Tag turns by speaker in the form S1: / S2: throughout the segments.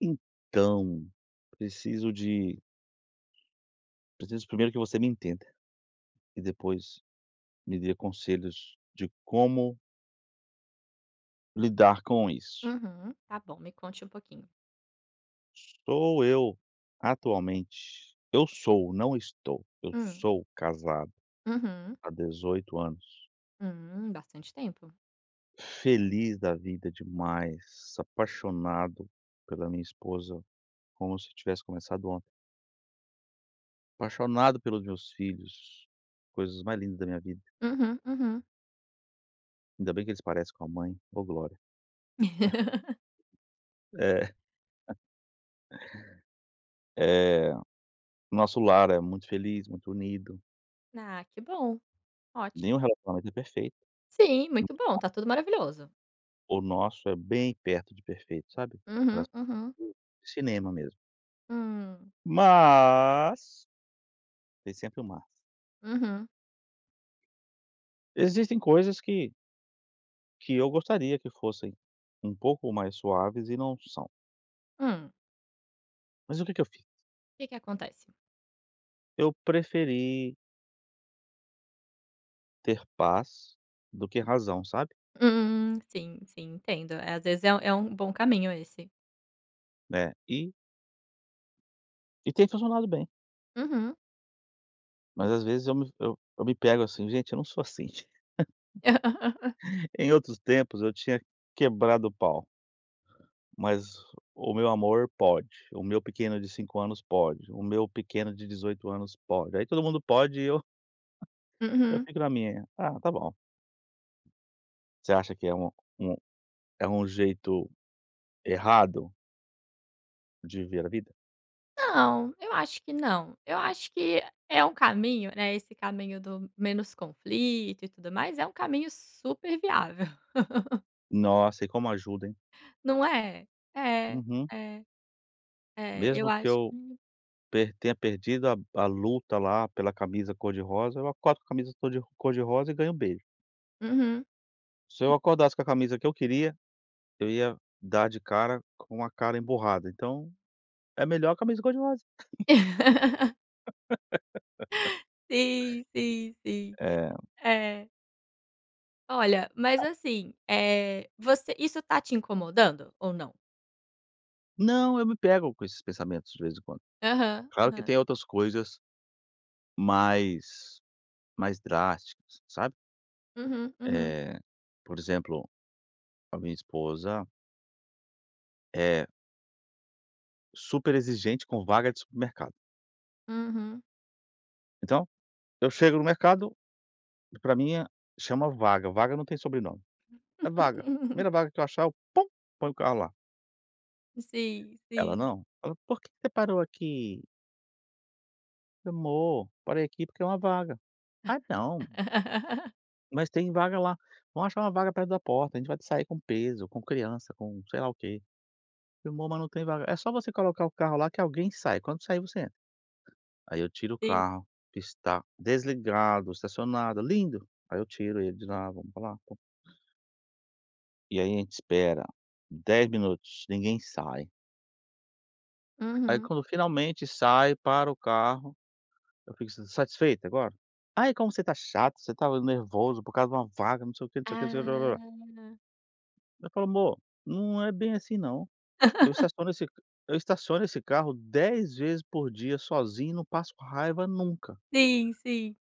S1: Então, preciso de preciso primeiro que você me entenda e depois me dê conselhos de como lidar com isso.
S2: Uhum. Tá bom, me conte um pouquinho.
S1: Sou eu atualmente eu sou, não estou, eu
S2: Hum.
S1: sou casado
S2: Uhum.
S1: há 18 anos,
S2: Bastante tempo.
S1: feliz da vida demais, apaixonado pela minha esposa como se tivesse começado ontem, apaixonado pelos meus filhos, coisas mais lindas da minha vida.
S2: Uhum, uhum.
S1: Ainda bem que eles parecem com a mãe, ô glória. É, eh nosso lar é muito feliz, muito unido.
S2: Ah, que bom.
S1: Nenhum
S2: Ótimo.
S1: relacionamento é perfeito.
S2: Sim, muito bom, tá tudo maravilhoso.
S1: O nosso é bem perto de perfeito, sabe?
S2: Uhum,
S1: Aquelas
S2: uhum.
S1: coisas cinema mesmo.
S2: Hum.
S1: Mas, tem sempre um mas.
S2: Uhum.
S1: Existem coisas que eu gostaria que fossem um pouco mais suaves e não são.
S2: Hum.
S1: Mas o que que eu fiz?
S2: O que que acontece?
S1: Eu preferi ter paz do que razão, sabe?
S2: Sim, sim, entendo. É, às vezes é um bom caminho esse.
S1: Né, e tem funcionado bem.
S2: Uhum.
S1: Mas às vezes eu me pego assim: "Gente, eu não sou assim". Em outros tempos eu tinha quebrado o pau. Mas o meu amor pode, o meu pequeno de 5 anos pode, o meu pequeno de 18 anos pode. Aí todo mundo pode e eu
S2: Uhum.
S1: fico na minha. Ah, tá bom. Você acha que é um é um jeito errado de ver a vida?
S2: Não, eu acho que não. Eu acho que é um caminho, né, esse caminho do menos conflito e tudo mais, é um caminho super viável.
S1: Nossa, e como ajuda, hein?
S2: Não é? É,
S1: Uhum.
S2: é, é, eu
S1: Mesmo que
S2: acho
S1: eu
S2: que
S1: per tenha perdido a luta lá pela camisa cor-de-rosa, eu acordo com a camisa cor-de-rosa e ganho um beijo.
S2: uhum.
S1: Se eu acordasse com a camisa que eu queria, eu ia dar de cara com a cara emburrada, então é melhor a camisa cor-de-rosa.
S2: Sim, sim, sim.
S1: É.
S2: É. Olha, mas assim, é você isso tá te incomodando ou não?
S1: Não, eu me pego com esses pensamentos de vez em quando.
S2: Aham,
S1: Claro que
S2: aham.
S1: tem outras coisas mais mais drásticas, sabe.
S2: Uhum, uhum,
S1: Eh, por exemplo, a minha esposa é super exigente com vaga de supermercado.
S2: uhum.
S1: Então, eu chego no mercado, para mim é chama vaga, vaga não tem sobrenome, é vaga. Primeira vaga que eu achar eu, pum, ponho o carro lá.
S2: Sim,
S1: Ela
S2: sim.
S1: não, ela: "Por que que você parou aqui? Amor, parei aqui porque é uma vaga". "Ah, não". Mas tem vaga lá. Vão achar uma vaga perto da porta, a gente vai sair com peso, com criança, com sei lá o quê. Irmão, mas não tem vaga. É só você colocar o carro lá que alguém sai, quando sair você entra. Aí eu tiro o
S2: Sim.
S1: carro, que está desligado, estacionado, lindo. Aí eu tiro ele de lá, vamos pra lá, pô. E aí a gente espera 10 minutos, ninguém sai. Aí
S2: Uhum.
S1: quando finalmente sai, para o carro, eu fico: "S satisfeito agora?". Aí como você tá chato, você estava nervoso por causa de uma vaga, não sei o quê, não sei o quê, não sei o quê".
S2: Ah,
S1: Eu falo: "Amor, não é bem assim não". Eu estaciono esse eu estaciono esse carro 10 vezes por dia sozinho e não passo raiva nunca.
S2: sim, sim.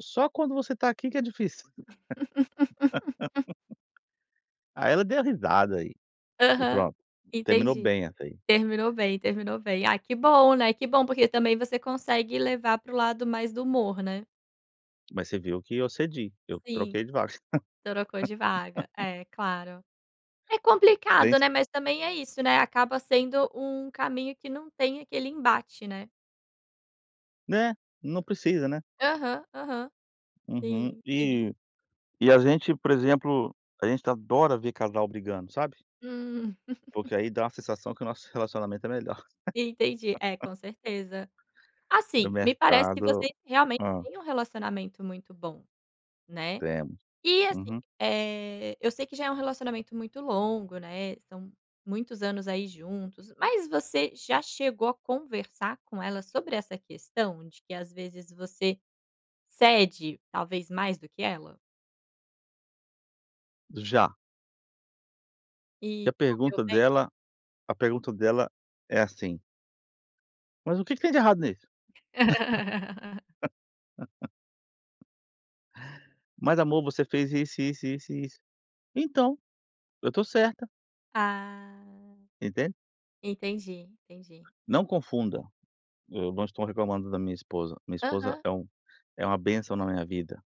S1: Só quando você tá aqui que é difícil. Aí ela deu risada aí, e
S2: Aham,
S1: pronto, terminou
S2: entendi.
S1: bem até aí.
S2: Terminou bem, terminou bem. Ah, que bom, né, que bom, porque também você consegue levar para o lado mais do humor, né?
S1: Mas você viu que eu cedi, eu
S2: Sim,
S1: troquei de vaga.
S2: trocou de vaga. É, claro. É complicado,
S1: Gente,
S2: né, mas também é isso, né, acaba sendo um caminho que não tem aquele embate, né.
S1: né, não precisa, né.
S2: Aham, aham.
S1: Uhum.
S2: Sim, sim.
S1: E a gente, por exemplo, a gente adora ver casal brigando, sabe.
S2: Hum,
S1: Porque aí dá uma sensação que o nosso relacionamento é melhor.
S2: entendi. É, com certeza.
S1: Do
S2: Assim, me parece que
S1: mercado,
S2: vocês realmente
S1: hã,
S2: têm um relacionamento muito bom, né.
S1: temos.
S2: E assim,
S1: Uhum.
S2: eu sei que já é um relacionamento muito longo, né, são muitos anos aí juntos, mas você já chegou a conversar com ela sobre essa questão de que às vezes você cede, talvez mais do que ela?
S1: Já.
S2: E
S1: E a
S2: correu
S1: pergunta
S2: bem?
S1: dela A pergunta dela é assim: "Mas o que que tem de errado nisso?". "Mas amor, você fez isso, isso, isso e isso". "Então, eu tô certa",
S2: Ah,
S1: entende.
S2: entendi, entendi.
S1: Não confunda, eu não estou reclamando da minha esposa. Minha esposa
S2: Aham,
S1: é uma bênção na minha vida.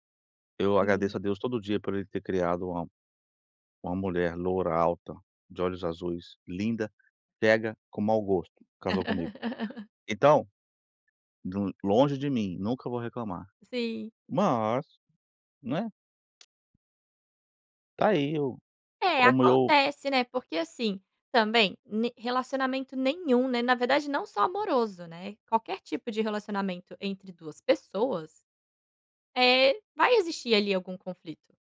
S1: Eu
S2: sim.
S1: agradeço a Deus todo dia por Ele ter criado uma mulher loura, alta, de olhos azuis, linda, cega, com mau gosto, casou comigo. Então, do longe de mim, nunca vou reclamar.
S2: Sim.
S1: Mas, né, tá aí, eu
S2: É,
S1: como eu
S2: acontece, né, porque assim, também, ne relacionamento nenhum, né, na verdade não só amoroso, né, qualquer tipo de relacionamento entre 2 pessoas, é vai existir ali algum conflito,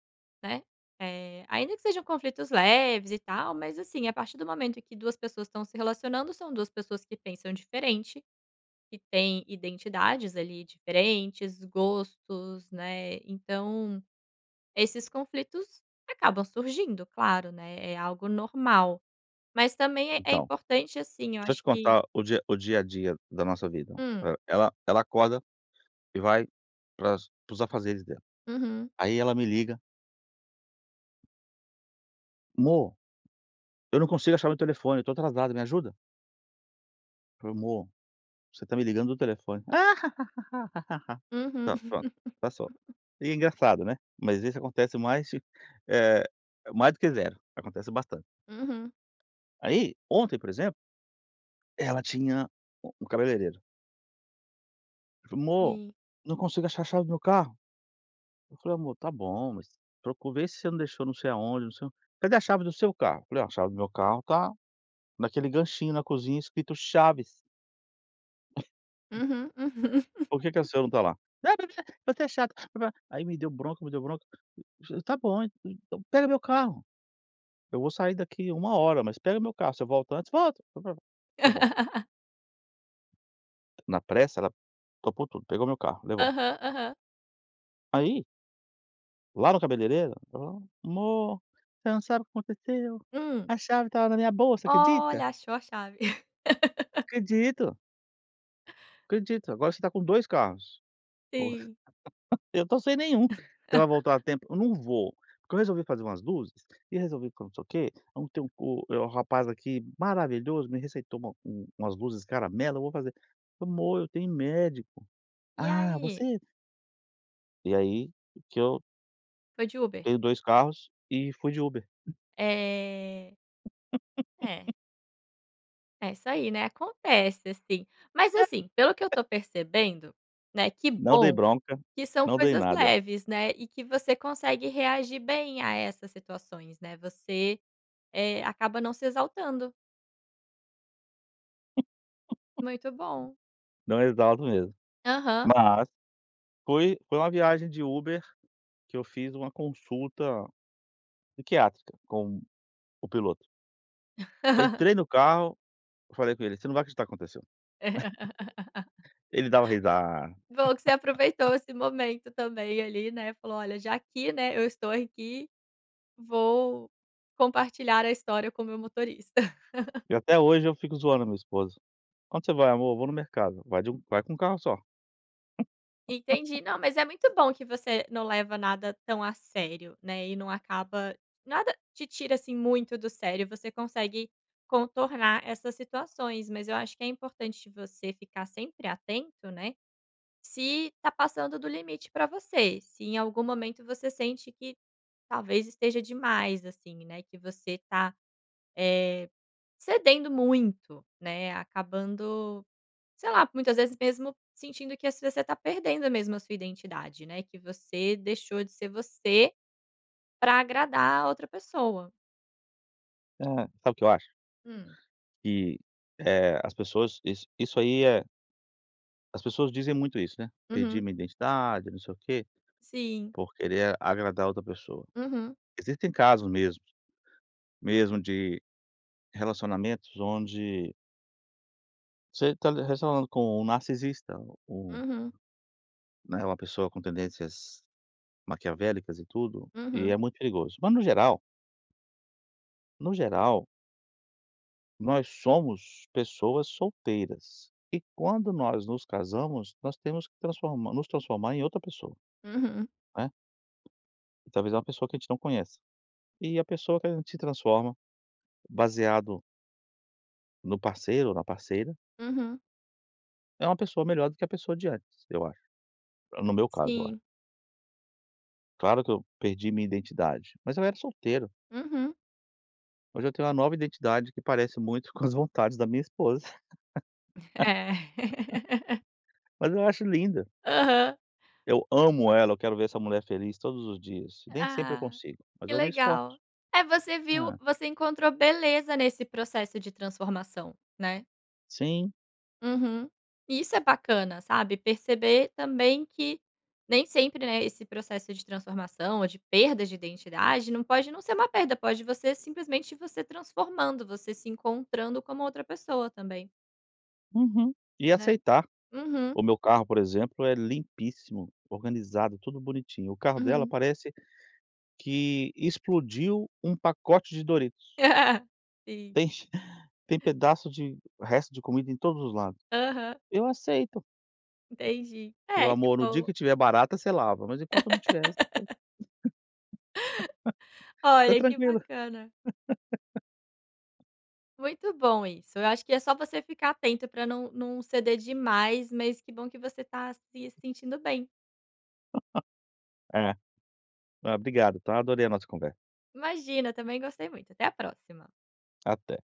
S2: né. Ainda que sejam conflitos leves e tal, mas assim, a partir do momento que 2 pessoas estão se relacionando, são 2 pessoas que pensam diferente, que têm identidades ali diferentes, gostos, né, então esses conflitos acabam surgindo, claro, né, é algo normal. Mas também é
S1: então
S2: importante, assim, eu
S1: deixa eu
S2: acho
S1: te
S2: que
S1: contar o dia a dia da nossa vida.
S2: hum.
S1: Ela acorda e vai para os afazeres dela.
S2: Uhum.
S1: Aí ela me liga: "Mô, eu não consigo achar meu telefone, eu tô atrasada, me ajuda?" Eu falei: "Mô, você tá me ligando do telefone".
S2: Uhum.
S1: Tá, pronto, tá só. E é engraçado, né, mas isso acontece mais, eh, mais do que zero, acontece bastante.
S2: Uhum.
S1: Aí, ontem, por exemplo, ela tinha um cabeleireiro. Falou: "Mô,
S2: Sim.
S1: não consigo achar a chave do meu carro". Eu falei: "Amor, tá bom, mas procura ver se você não deixou não sei aonde, não sei o". "Cadê a chave do seu carro?" Eu falei: "Ó, a chave do meu carro tá naquele ganchinho na cozinha escrito Chaves,
S2: Uhum. Uhum.
S1: por que que a senhora não tá lá?" "Ah, bebê, você é chato." Aí me deu bronca, me deu bronca. Eu falei, "Tá bom, então pega meu carro, eu vou sair daqui uma hora, mas pega meu carro, você volta antes?" "Volto." "Tá bom." Na pressa, ela topou tudo, pegou meu carro, levou.
S2: Aham, aham.
S1: Aí, lá no cabeleireiro, ela: "Amor, você não sabe o que aconteceu?
S2: Hum.
S1: A chave estava na minha bolsa, acredita?"
S2: Olha, achou a chave.
S1: "Acredito." Acredito, agora você tá com 2 carros. Pô,
S2: Sim.
S1: eu tô sem nenhum. Você vai voltar a tempo? Eu não vou, porque eu resolvi fazer umas luzes e resolvi que não sei o quê. Então tem um o é o rapaz aqui maravilhoso me receitou umas luzes caramelo, eu vou fazer. "Amor, eu tenho médico".
S2: E
S1: "Ah,
S2: aí
S1: você". E aí que eu
S2: foi de Uber?
S1: tenho 2 carros e fui de Uber.
S2: Eh, É, é isso aí, né, acontece, assim. Mas, assim, pelo que eu tô percebendo, né, que
S1: Não dei
S2: bom
S1: bronca,
S2: que são
S1: não dei
S2: coisas
S1: nada,
S2: leves, né, e que você consegue reagir bem a essas situações, né, você, acaba não se exaltando. Muito bom.
S1: não exalto mesmo.
S2: Aham.
S1: Mas foi uma viagem de Uber que eu fiz uma consulta psiquiátrica com o piloto. Entrei no carro, eu falei com ele: "Você não vai acreditar o que aconteceu". Ele dava risada.
S2: Bom que você aproveitou esse momento também ali, né, falou: "Olha, já aqui, né, eu estou aqui, vou compartilhar a história com o meu motorista".
S1: E até hoje eu fico zoando a minha esposa: "Onde você vai, amor? Vou no mercado". Vai com um carro só.
S2: Entendi. Não, mas é muito bom que você não leva nada tão a sério, né, e não acaba nada te tira, assim, muito do sério, você consegue contornar essas situações, mas eu acho que é importante você ficar sempre atento, né, se tá passando do limite para você, se em algum momento você sente que talvez esteja demais, assim, né, que você tá, eh, cedendo muito, né, acabando sei lá, muitas vezes mesmo sentindo que às você está perdendo mesmo a sua identidade, né, que você deixou de ser você para agradar a outra pessoa.
S1: É, sabe o que eu acho?
S2: Hum.
S1: Que, eh, as pessoas isso aí as pessoas dizem muito isso, né: "Perdi
S2: Uhum.
S1: minha identidade, não sei o quê",
S2: Sim.
S1: por querer agradar outra pessoa.
S2: Uhum.
S1: Existem casos mesmo, mesmo de relacionamentos onde você tá relacionando com um narcisista, um,
S2: Uhum.
S1: né, uma pessoa com tendências maquiavélicas e tudo, e
S2: Uhum.
S1: é muito perigoso. Mas no geral, no geral, nós somos pessoas solteiras. E quando nós nos casamos, nós temos que transformar nos transformar em outra pessoa,
S2: Uhum.
S1: né. E talvez é uma pessoa que a gente não conhece. E a pessoa que a gente se transforma, baseado no parceiro ou na parceira,
S2: Uhum.
S1: é uma pessoa melhor do que a pessoa de antes, eu acho. No meu caso, eu acho.
S2: Sim.
S1: Claro que eu perdi minha identidade, mas eu era solteiro.
S2: Uhum.
S1: Hoje eu tenho uma nova identidade que parece muito com as vontades da minha esposa,
S2: É.
S1: mas eu acho linda.
S2: Aham.
S1: Eu amo ela, eu quero ver essa mulher feliz todos os dias. Nem sempre eu
S2: Ah,
S1: consigo, mas
S2: que
S1: eu me
S2: legal.
S1: esforço.
S2: É, você viu
S1: Hã.
S2: você encontrou beleza nesse processo de transformação, né?
S1: Sim,
S2: Uhum. E isso é bacana, sabe, perceber também que nem sempre, né, esse processo de transformação ou de perda de identidade não pode não ser uma perda, pode você simplesmente você transformando, você se encontrando como outra pessoa também,
S1: uhum. E
S2: né.
S1: aceitar.
S2: Uhum,
S1: O meu carro, por exemplo, é limpíssimo, organizado, tudo bonitinho. O carro dela
S2: uhum.
S1: parece que explodiu um pacote de Doritos.
S2: Sim.
S1: Tem tem pedaço de resto de comida em todos os lados.
S2: Aham,
S1: Eu aceito.
S2: entendi.
S1: Falo:
S2: É, que
S1: "Amor, no dia
S2: bom.
S1: que tiver barata, você lava, mas enquanto não tiver, tá
S2: Olha, que
S1: tranquila".
S2: bacana. Muito bom isso. Eu acho que é só você ficar atento para não ceder demais, mas que bom que você tá se sentindo bem.
S1: É. Ah, obrigado, tá? Adorei a nossa conversa.
S2: Imagina, também gostei muito. Até a próxima.
S1: Até.